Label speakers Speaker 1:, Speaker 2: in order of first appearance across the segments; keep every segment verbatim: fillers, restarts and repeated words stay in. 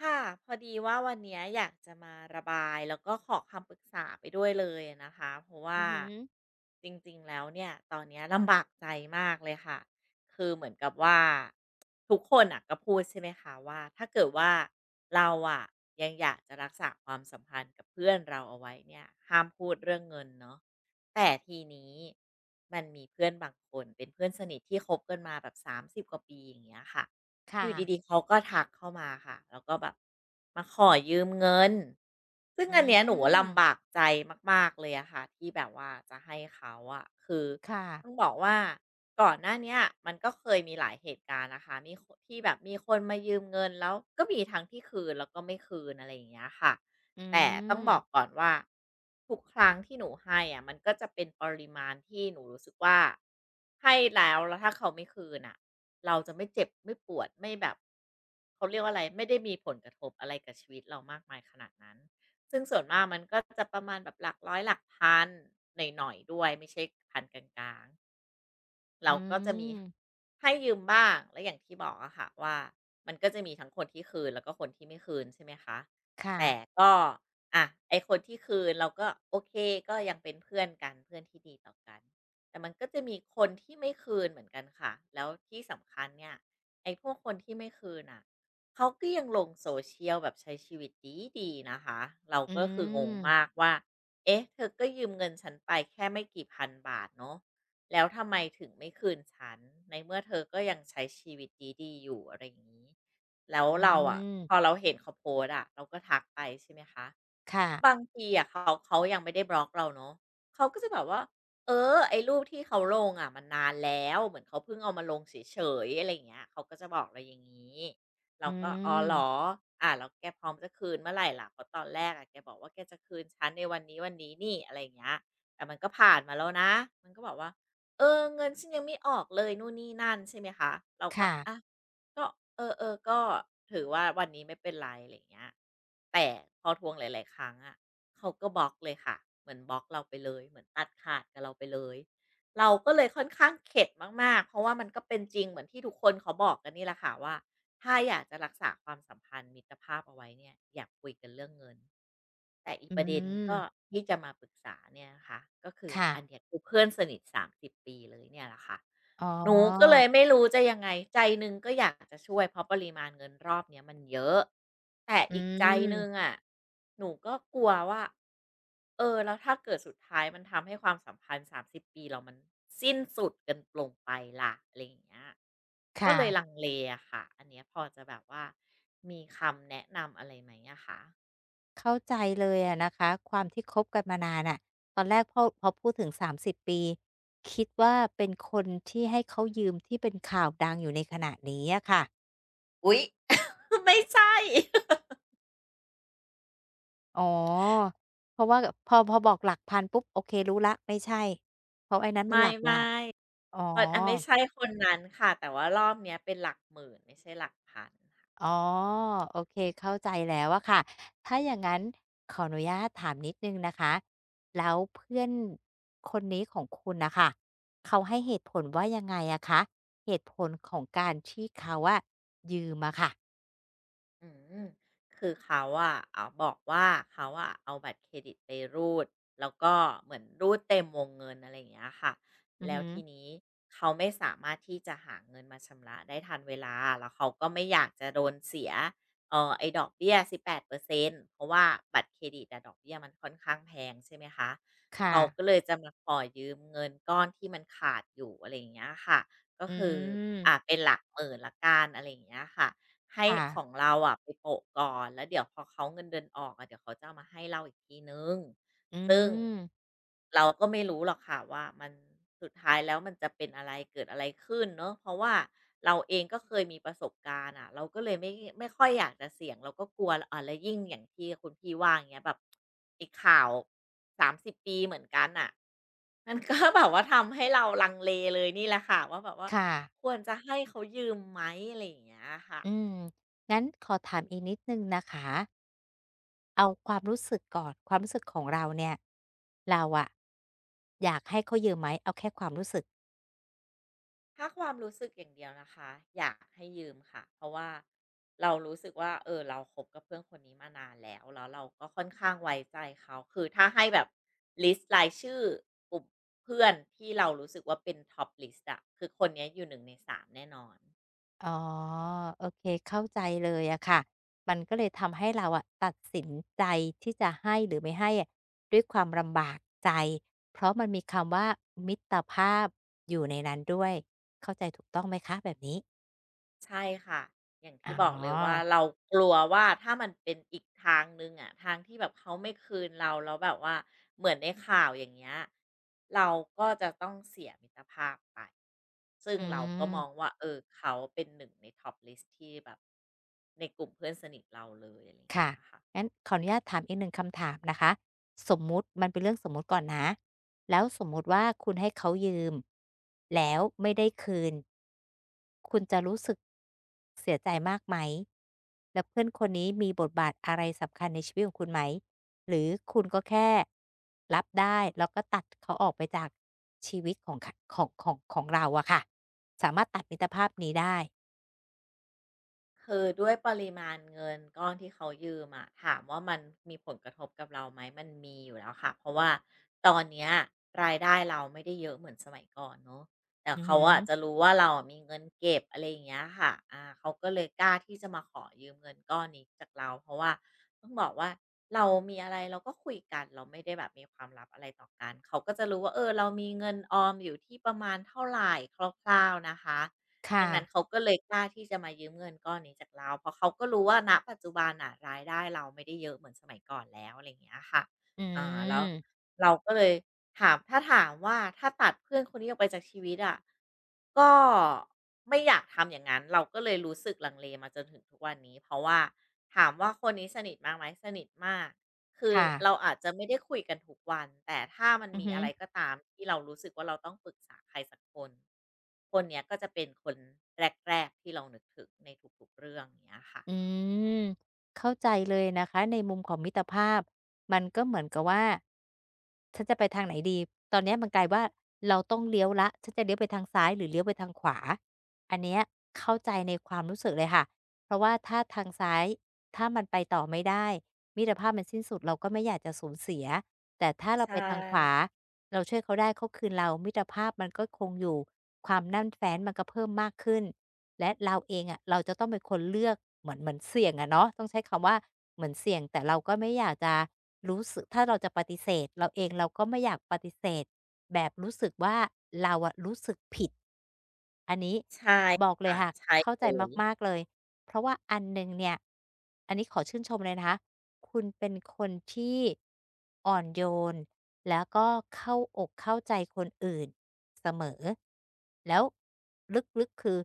Speaker 1: ค่ะพอดีว่าวันเนี้ยอยากจะมาระบายแล้วก็ขอคำปรึกษาไปด้วยเลยนะคะเพราะว่า
Speaker 2: อือหือ
Speaker 1: จริงๆแล้วเนี่ยตอนเนี้ยลำบากใจมากเลยค่ะคือเหมือนกับว่าทุกคนอะก็พูดใช่ไหมคะว่าถ้าเกิดว่าเราอะยังอยากจะรักษาความสัมพันธ์กับเพื่อนเราเอาไว้เนี่ยห้ามพูดเรื่องเงินเนาะแต่ทีนี้มันมีเพื่อนบางคนเป็นเพื่อนสนิทที่คบกันมาแบบสามสิบกว่าปีอย่างเงี้ยค่ะ
Speaker 2: ค
Speaker 1: อยู่ดี
Speaker 2: ่ะ
Speaker 1: ๆ เขาก็ทักเข้ามาค่ะ แล้วก็แบบมาขอยืมเงินซึ่ง
Speaker 2: อื
Speaker 1: อันเนี้ยหนู
Speaker 2: ม
Speaker 1: ลำบากใจมากๆเลยอะค่ะที่แบบว่าจะให้เขาอะคือ
Speaker 2: ค่ะ
Speaker 1: ต้องบอกว่าก่อนหน้าเนี้ยมันก็เคยมีหลายเหตุการณ์นะคะมีคนที่แบบมีคนมายืมเงินแล้วก็มีทั้งที่คืนแล้วก็ไม่คืนอะไรอย่างเงี้ยค่ะ
Speaker 2: อื
Speaker 1: แต่ต้องบอก
Speaker 2: ม
Speaker 1: ก่อนว่าทุกครั้งที่หนูให้อะมันก็จะเป็นปริมาณที่หนูรู้สึกว่าให้แล้วแล้วถ้าเขาไม่คืนอ่ะเราจะไม่เจ็บไม่ปวดไม่แบบเขาเรียกว่าอะไรไม่ได้มีผลกระทบอะไรกับชีวิตเรามากมายขนาดนั้นซึ่งส่วนมากมันก็จะประมาณแบบหลักร้อยหลักพันหน่อยๆด้วยไม่ใช่พันกลาง เรา
Speaker 2: อื
Speaker 1: ก็
Speaker 2: ม
Speaker 1: จะมีให้ยืมบ้างและอย่างที่บอกอะค่ะว่ามันก็จะมีทั้งคนที่คืนแล้วก็คนที่ไม่คืนใช่ไหมคะ
Speaker 2: ค่ะ
Speaker 1: แต่ก็อะไอ้คนที่คืนเราก็โอเคก็ยังเป็นเพื่อนกันเพื่อนที่ดีต่อกันแต่มันก็จะมีคนที่ไม่คืนเหมือนกันค่ะแล้วที่สำคัญเนี่ยไอ้พวกคนที่ไม่คืนน่ะเขาก็ยังลง social แบบใช้ชีวิตดีๆนะคะเรา
Speaker 2: อื
Speaker 1: ก็คืองงมา
Speaker 2: ม
Speaker 1: กว่าเอ๊ะเธอก็ยืมเงินฉันไปแค่ไม่กี่พันบาทเนาะ แล้วทำไมถึงไม่คืนฉันในเมื่อเธอก็ยังใช้ชีวิตดีๆอยู่อะไรอย่างงี้แล้ว
Speaker 2: อื
Speaker 1: เราอะพอ
Speaker 2: ม
Speaker 1: เราเห็นเขาโพสต์อะเราก็ทักไปใช่ไหมคะ บา
Speaker 2: ค่ะ
Speaker 1: งทีอะเขาเขายังไม่ได้บล็อกเราเนาะเขาก็จะแบบว่าเออไอ้รูปที่เขาลงอะมันนานแล้วเหมือนเขาเพิ่งเอามาลงเฉยๆอะไรอย่างเงี้ยเขาก็จะบอกเราอย่างงี้เรา
Speaker 2: อื
Speaker 1: ก็อ๋อเหรอ
Speaker 2: ม
Speaker 1: อ่าแล้วแกพร้อมจะคืนเมื่อไรล่ะเพราะตอนแรกอะแกบอกว่าแกจะคืนฉันในวันนี้วันนี้นี่อะไรอย่างเงี้ยแต่มันก็ผ่านมาแล้วนะมันก็บอกว่าเออเงินฉันยังไม่ออกเลยนู่นนี่นั่นใช่ไหมคะเราก็
Speaker 2: ค่ะ
Speaker 1: อะ ก็เออเออก็ถือว่าวันนี้ไม่เป็นไรอะไรอย่างเงี้ยแต่พอทวงหลายๆครั้งอะเขาก็บล็อกเลยค่ะเหมือนบล็อกเราไปเลยเหมือนตัดขาดกับเราไปเลยเราก็เลยค่อนข้างเข็ดมากๆเพราะว่ามันก็เป็นจริงเหมือนที่ทุกคนเขาบอกกันนี่แหละค่ะว่า ถ้าอยากจะรักษาความสัมพันธ์มิตรภาพเอาไว้เนี่ยอยากคุยกันเรื่องเงินแต่อีก
Speaker 2: อื
Speaker 1: ประเด็นก็
Speaker 2: ม
Speaker 1: ที่จะมาปรึกษาเนี่ยนะคะก็คือ
Speaker 2: ค่ะ
Speaker 1: อันเนี้ยคือเพื่อนสนิทสามสิบปีเลยเนี่ยแหละค่ะ
Speaker 2: อ๋อ
Speaker 1: หนูก็เลยไม่รู้จะยังไงใจหนึ่งก็อยากจะช่วยเพราะปริมาณเงินรอบเนี้ยมันเยอะแต่
Speaker 2: อื
Speaker 1: อีกใจหนึ่ง
Speaker 2: ม
Speaker 1: อะหนูก็กลัวว่า เออแล้วถ้าเกิดสุดท้ายมันทำให้ความสัมพันธ์สสามสิบปีเรามันสิ้นสุดกันลงไปล่ะอะไรอย่างเงี้ย
Speaker 2: ค
Speaker 1: ก็เลยลัง
Speaker 2: ่ะ
Speaker 1: เลอะค่ะอันเนี้ยพอจะแบบว่ามีคำแนะนำอะไรไหมอะคะ
Speaker 2: เข้าใจเลยอะนะคะความที่คบกันมานานอะตอนแรกพอพอพูดถึงสามสิบปีคิดว่าเป็นคนที่ให้เขายืมที่เป็นข่าวดังอยู่ในขณะนี้อะค่ะ
Speaker 1: อุ๊ย ไม่ใช่
Speaker 2: อ๋อ เพราะว่าพอพอบอกหลักพันปุ๊บโอเครู้แล้วไม่ใช่เพราะไอ้นั้นมัน
Speaker 1: ไม่
Speaker 2: หลัก
Speaker 1: ไม่
Speaker 2: ล้านอ๋อ
Speaker 1: นอันไม่ใช่คนนั้นค่ะแต่ว่ารอบเนี้ยเป็นหลักหมื่นไม่ใช่หลักพัน
Speaker 2: อ๋อโอเคเข้าใจแล้วอะค่ะถ้าอย่างงั้นขออนุญาตถามนิดหนึ่งนะคะแล้วเพื่อนคนนี้ของคุณน่ะค่ะเขาให้เหตุผลว่ายังไงอะคะเหตุผลของการที่เขาอะยืมอะค่ะ
Speaker 1: อืมคือเขาอะเอาบอกว่าเขาอะเอาบัตรเครดิตไปรูดแล้วก็เหมือนรูดเต็มวงเงินอะไรอย่างเงี้ยค่ะ
Speaker 2: อือ
Speaker 1: แล้ว
Speaker 2: ฮึ
Speaker 1: ทีนี้เขาไม่สามารถที่จะหาเงินมาชำระได้ทันเวลาแล้วเขาก็ไม่อยากจะโดนเสียเออไอ้ดอกเบี้ยสิบแปดเปอร์เซ็นต์เพราะว่าบัตรเครดิตอะดอกเบี้ยมันค่อนข้างแพงใช่ไหมคะ
Speaker 2: ค่ะ
Speaker 1: เขาก็เลยจะมาขอยืมเงินก้อนที่มันขาดอยู่อะไรอย่างเงี้ยค่ะก็
Speaker 2: อื
Speaker 1: คืออ่า
Speaker 2: ม
Speaker 1: เป็นหลักหมื่นละกันอะไรอย่างเงี้ยค่ะ ให้
Speaker 2: ค่ะ
Speaker 1: ของเราอะไปโปะก่อนแล้วเดี๋ยวพอเขาเงินเดือนออกอะเดี๋ยวเขาจะเอามาให้เราอีกทีหนึ่ง
Speaker 2: อื
Speaker 1: ซึ่ง
Speaker 2: ม
Speaker 1: เราก็ไม่รู้หรอกค่ะว่ามันสุดท้ายแล้วมันจะเป็นอะไรเกิดอะไรขึ้นเนาะเพราะว่าเราเองก็เคยมีประสบการณ์อะเราก็เลยไม่ไม่ค่อยอยากจะเสี่ยงเราก็กลัวอ่ะแล้วยิ่งอย่างที่คุณพี่ว่าอย่างเงี้ยแบบไอ้ข่าวสามสิบปีเหมือนกันอ่ะมันก็ แบบว่าทำให้เราลังเลเลยนี่แหละค่ะว่าแบบว่า
Speaker 2: ค่ะ
Speaker 1: ควรจะให้เขายืมไหมอะไรอย่างเงี้ยค่ะ
Speaker 2: อืมงั้นขอถามอีกนิดหนึ่งนะคะ เอาความรู้สึกก่อนความรู้สึกของเราเนี่ยเราอะอยากให้เขายืมไหมเอาแค่ความรู้สึก
Speaker 1: ถ้าความรู้สึกอย่างเดียวนะคะอยากให้ยืมค่ะเพราะว่าเรารู้สึกว่าเออเราคบกับเพื่อนคนนี้มานานแล้วแล้วเราก็ค่อนข้างไว้ใจเขาคือถ้าให้แบบลิสต์รายชื่อกลุ่มเพื่อนที่เรารู้สึกว่าเป็น Top List อปลิสต์อะคือคนเนี้ยอยู่หนึ่งในสามแน่นอน
Speaker 2: อ๋อโอเคเข้าใจเลยอะค่ะมันก็เลยทำให้เราอะตัดสินใจที่จะให้หรือไม่ให้อะด้วยความลำบากใจเพราะมันมีคำว่ามิตรภาพอยู่ในนั้นด้วยเข้าใจถูกต้องไหมคะแบบนี้
Speaker 1: ใช่ค่ะ อย่างที่บอก
Speaker 2: อ๋อ
Speaker 1: เลยว่าเรากลัวว่าถ้ามันเป็นอีกทางหนึ่งอะทางที่แบบเขาไม่คืนเราแล้วแบบว่าเหมือนในข่าวอย่างเงี้ยเราก็จะต้องเสียมิตรภาพไปซึ่ง
Speaker 2: อื
Speaker 1: เราก็มอง
Speaker 2: ม
Speaker 1: ว่าเออเขาเป็นหนึ่งในท็อปลิสที่แบบในกลุ่มเพื่อนสนิทเราเลยอะไรอย่าง
Speaker 2: ค่ะ
Speaker 1: เงี้ยค่ะ
Speaker 2: งั้นขออนุญาตถามอีกหนึ่งคำถามนะคะสมมุติมันเป็นเรื่องสมมุติก่อนนะแล้วสมมุติว่าคุณให้เขายืมแล้วไม่ได้คืนคุณจะรู้สึกเสียใจมากไหมแล้วเพื่อนคนนี้มีบทบาทอะไรสำคัญในชีวิตของคุณไหมหรือคุณก็แค่รับได้แล้วก็ตัดเขาออกไปจากชีวิตของขของของของเราอะค่ะสามารถตัดมิตรภาพนี้ได้
Speaker 1: คือด้วยปริมาณเงินก้อนที่เขายืมอะถามว่ามันมีผลกระทบกับเราไหมมันมีอยู่แล้วค่ะเพราะว่าตอนเนี้ยรายได้เราไม่ได้เยอะเหมือนสมัยก่อนเนาะแต่
Speaker 2: อือ
Speaker 1: เขา
Speaker 2: ฮึ
Speaker 1: อะจะรู้ว่าเราอะมีเงินเก็บอะไรอย่างเงี้ยค่ะอ่าเขาก็เลยกล้าที่จะมาขอยืมเงินก้อนนี้จากเราเพราะว่าต้องบอกว่าเรามีอะไรเราก็คุยกันเราไม่ได้แบบมีความลับอะไรต่อกันเขาก็จะรู้ว่าเออเรามีเงินออมอยู่ที่ประมาณเท่าไหร่คร่าวๆนะคะ ดั
Speaker 2: ค่ะ
Speaker 1: งนั้นเขาก็เลยกล้าที่จะมายืมเงินก้อนนี้จากเราเพราะเขาก็รู้ว่าณปัจจุบันน่ะรายได้เราไม่ได้เยอะเหมือนสมัยก่อนแล้วอะไรอย่างเงี้ยค่ะ
Speaker 2: อื
Speaker 1: อ่าแล้ว
Speaker 2: ม
Speaker 1: เราก็เลยถามถ้าถามว่าถ้าตัดเพื่อนคนนี้ออกไปจากชีวิตอะก็ไม่อยากทำอย่างนั้นเราก็เลยรู้สึกลังเลมาจนถึงทุกวันนี้เพราะว่าถามว่าคนนี้สนิทมากไหมสนิทมาก คือ
Speaker 2: ค่ะ
Speaker 1: เราอาจจะไม่ได้คุยกันทุกวันแต่ถ้ามัน
Speaker 2: อือ
Speaker 1: มี
Speaker 2: ฮึ
Speaker 1: อะไรก็ตามที่เรารู้สึกว่าเราต้องปรึกษาใครสักคนคนเนี้ยก็จะเป็นคนแรกๆที่เรานึกถึงในทุกๆเรื่องเนี้ยค่ะ
Speaker 2: อืมเข้าใจเลยนะคะในมุมของมิตรภาพมันก็เหมือนกับว่าฉันจะไปทางไหนดีตอนเนี้ยมันกลายว่าเราต้องเลี้ยวแล้วฉันจะเลี้ยวไปทางซ้ายหรือเลี้ยวไปทางขวาอันเนี้ยเข้าใจในความรู้สึกเลยค่ะเพราะว่าถ้าทางซ้ายถ้ามันไปต่อไม่ได้มิตรภาพมันสิ้นสุดเราก็ไม่อยากจะสูญเสียแต่ถ้าเรา
Speaker 1: ใช
Speaker 2: ไปทางขวา
Speaker 1: ่
Speaker 2: เราช่วยเขาได้เขาคืนเรามิตรภาพมันก็คงอยู่ความแน่นแฟ้นมันก็เพิ่มมากขึ้น และเราเองอะเราจะต้องเป็นคนเลือกเหมือนเหมือนเสี่ยงอะเนาะต้องใช้คำว่าเหมือนเสี่ยงแต่เราก็ไม่อยากจะรู้สึกถ้าเราจะปฏิเสธเราเองเราก็ไม่อยากปฏิเสธแบบรู้สึกว่าเราอะรู้สึกผิดอันนี้
Speaker 1: ใช่
Speaker 2: บอกเลย
Speaker 1: ค่ะ
Speaker 2: ค่ะ
Speaker 1: ใช่
Speaker 2: เข้า
Speaker 1: เล
Speaker 2: ใจ
Speaker 1: ย
Speaker 2: มากๆเลยเพราะว่าอันหนึ่งเนี่ยอันนี้ขอชื่นชมเลยนะคะคุณเป็นคนที่อ่อนโยนแล้วก็เข้าอกเข้าใจคนอื่นเสมอ แล้วลึกๆคือ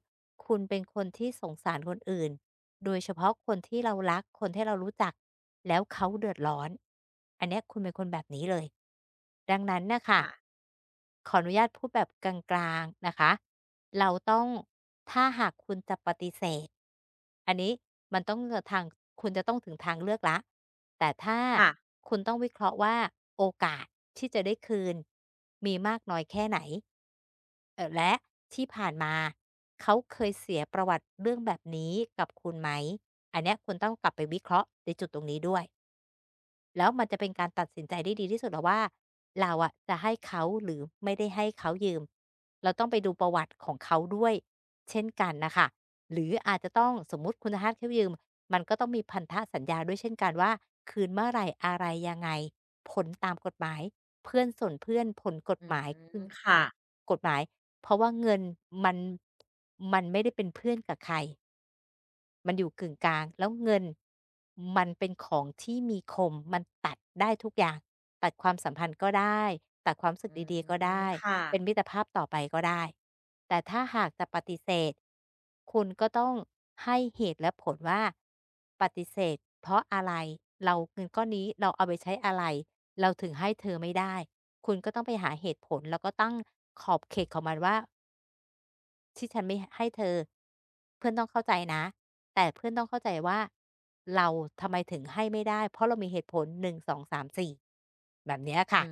Speaker 2: คุณเป็นคนที่สงสารคนอื่นโดยเฉพาะคนที่เรารักคนที่เรารู้จักแล้วเขาเดือดร้อนอันเนี้ยคุณเป็นคนแบบนี้เลยดังนั้นนะคะ
Speaker 1: ค่ะ
Speaker 2: ขออนุญาตพูดแบบกลางๆนะคะเราต้องถ้าหากคุณจะปฏิเสธอันนี้มันต้องทางคุณจะต้องถึงทางเลือกแล้วแต่ถ้า
Speaker 1: ค่ะ
Speaker 2: คุณต้องวิเคราะห์ว่าโอกาสที่จะได้คืนมีมากน้อยแค่ไหน เอ่อและที่ผ่านมาเขาเคยเสียประวัติเรื่องแบบนี้กับคุณไหม อันเนี้ยคุณต้องกลับไปวิเคราะห์ในจุดตรงนี้ด้วย แล้วมันจะเป็นการ
Speaker 1: ค่ะ
Speaker 2: ตัดสินใจได้ดีที่สุดแล้วว่าเราอะจะให้เขาหรือไม่ได้ให้เขายืมเราต้องไปดูประวัติของเขาด้วยเช่นกันน่ะค่ะหรืออาจจะต้องสมมุติคุณจะให้เขายืมมันก็ต้องมีพันธสัญญาด้วยเช่นกันว่าคืนเมื่อไรอะไรยังไงผลตามกฎหมายเพื่อนส่วนเพื่อนผลกฎ
Speaker 1: อื
Speaker 2: หมายคื
Speaker 1: ม
Speaker 2: อขอ
Speaker 1: ค่ะ
Speaker 2: งกฎหมายเพราะว่าเงินมันมันไม่ได้เป็นเพื่อนกับใคร มันอยู่กึ่งกลาง แล้วเงินมันเป็นของที่มีคม มันตัดได้ทุกอย่างตัดความสัมพันธ์ก็ได้ตัดความรู้สึ
Speaker 1: อื
Speaker 2: กดีๆก็
Speaker 1: ม
Speaker 2: ได้
Speaker 1: ค่ะ
Speaker 2: เป็นมิตรภาพต่อไปก็ได้ แต่ถ้าหากจะปฏิเสธคุณก็ต้องให้เหตุและผลว่าปฏิเสธเพราะอะไร เราเงินก้อนนี้เราเอาไปใช้อะไร เราถึงให้เธอไม่ได้ คุณก็ต้องไปหาเหตุผลแล้วก็ตั้งขอบเขตของมันว่า ที่ฉันไม่ให้เธอเพื่อนต้องเข้าใจนะแต่เพื่อนต้องเข้าใจว่าเราทำไมถึงให้ไม่ได้เพราะเรามีเหตุผลหนึ่งสองสามสี่แบบเนี้ย
Speaker 1: อื
Speaker 2: ค่ะ
Speaker 1: ม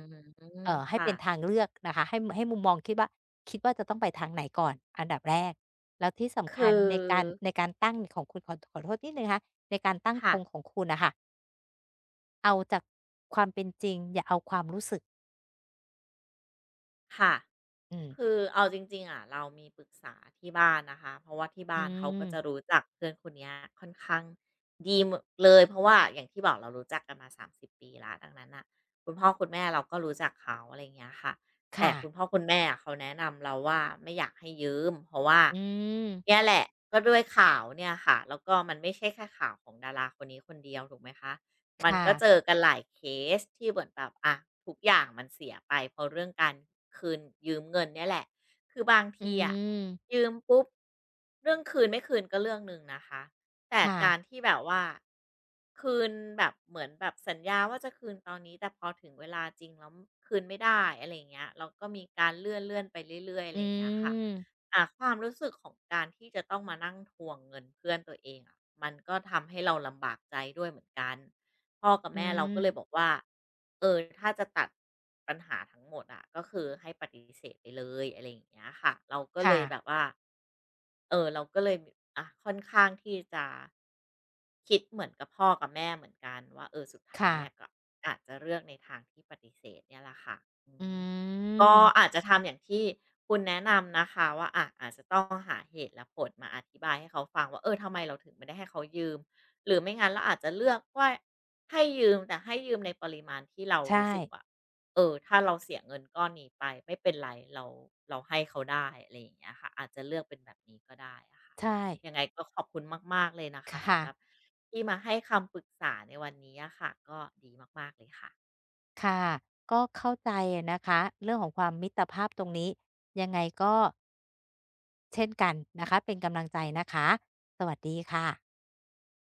Speaker 2: เอ่อให้
Speaker 1: ค่ะ
Speaker 2: เป็นทางเลือกนะคะให้ให้มุมมองคิดว่าคิดว่าจะต้องไปทางไหนก่อนอันดับแรกแล้วที่สำ
Speaker 1: คื
Speaker 2: คั
Speaker 1: อ
Speaker 2: ญในการในการตั้งของคุณขอขอโทษนิดหนึ่งนะคะในการตั้งธ
Speaker 1: ค่ะ
Speaker 2: งของคุณน่ะค่ะเอาจากความเป็นจริงอย่าเอาความรู้สึก
Speaker 1: ค่ะ
Speaker 2: อืม
Speaker 1: คือเอาจริงๆอะเรามีปรึกษาที่บ้านนะคะเพราะว่าที่
Speaker 2: อื
Speaker 1: บ้านเขาก็จะ
Speaker 2: ม
Speaker 1: รู้จักเพื่อนคนเนี้ยค่อนข้างดีหมดเลยเพราะว่าอย่างที่บอกเรารู้จักกันมาสามสิบปีและดังนั้นน่ะคุณพ่อคุณแม่เราก็รู้จักเขาอะไรอย่างเงี้ยค่ะแต่
Speaker 2: ค่ะ
Speaker 1: คุณพ่อคุณแม่อะเขาแนะนำเราว่าไม่อยากให้ยืมเพราะว่า
Speaker 2: อื
Speaker 1: เนี่
Speaker 2: ม
Speaker 1: ยแหละก็ด้วยข่าวเนี่ยค่ะแล้วก็มันไม่ใช่แค่ข่าวของดาราคนนี้คนเดียวถูกไหมคะ
Speaker 2: ค
Speaker 1: มันก็เจอ
Speaker 2: ่ะ
Speaker 1: กันหลายเคสที่เหมือนแบบอะทุกอย่างมันเสียไปเพราะเรื่องการคืนยืมเงินเนี่ยแหละคือบาง
Speaker 2: อื
Speaker 1: ทีอะ
Speaker 2: ม
Speaker 1: ยืมปุ๊บเรื่องคืนไม่คืนก็เรื่องหนึ่งนะคะแต่การ
Speaker 2: ค่ะ
Speaker 1: ที่แบบว่าคืนแบบเหมือนแบบสัญญาว่าจะคืนตอนนี้แต่พอถึงเวลาจริงแล้วคืนไม่ได้อะไรอย่างเงี้ยแล้วก็มีการเลื่อนเลื่อนไปเรื่อยๆอะ
Speaker 2: อื
Speaker 1: ไรอย่างเงี้ยค่ะ
Speaker 2: ม
Speaker 1: อ่ะความรู้สึกของการที่จะต้องมานั่งทวงเงินเพื่อนตัวเองอะมันก็ทำให้เราลำบากใจด้วยเหมือนกัน พ่อกับ
Speaker 2: อื
Speaker 1: แม่เราก็เลยบอก
Speaker 2: ม
Speaker 1: ว่าเออถ้าจะตัดปัญหาทั้งหมดอะก็คือให้ปฏิเสธไปเลยอะไรอย่างเงี้ยค่ะเราก็เล
Speaker 2: ค่ะ
Speaker 1: ยแบบว่าเออเราก็เลยมีอ่ะค่อนข้างที่จะคิดเหมือนกับพ่อกับแม่เหมือนกันว่าเออสุดท้ายอะก็
Speaker 2: ค่ะ
Speaker 1: อาจจะเลือกในทางที่ปฏิเสธเนี่ยแหละค่ะอื
Speaker 2: อื
Speaker 1: มก็อา
Speaker 2: ม
Speaker 1: จจะทำอย่างที่คุณแนะนำนะคะว่าอ่ะอาจจะต้องหาเหตุและผลมาอธิบายให้เขาฟังว่าเออทำไมเราถึงไม่ได้ให้เขายืม หรือไม่งั้นเราอาจจะเลือกว่าให้ยืมแต่ให้ยืมในปริมาณที่เรา
Speaker 2: ใช่
Speaker 1: รู้สึกว่าเออถ้าเราเสียเงินก้อนนี้ไปไม่เป็นไรเราเราให้เขาได้อะไรอย่างเงี้ยค่ะอาจจะเลือกเป็นแบบนี้ก็ได้อะค่ะ
Speaker 2: ใช่
Speaker 1: ยังไงก็ขอบคุณมากๆเลยนะคะ
Speaker 2: ค่ะ
Speaker 1: สำหรับที่มาให้คำปรึกษาในวันนี้อะค่ะก็ดีมากๆเลยค่ะ
Speaker 2: ค่ะก็เข้าใจอะนะคะ เรื่องของความมิตรภาพตรงนี้ยังไงก็เช่นกันนะคะ เป็นกำลังใจนะคะ สวัสดีค่ะ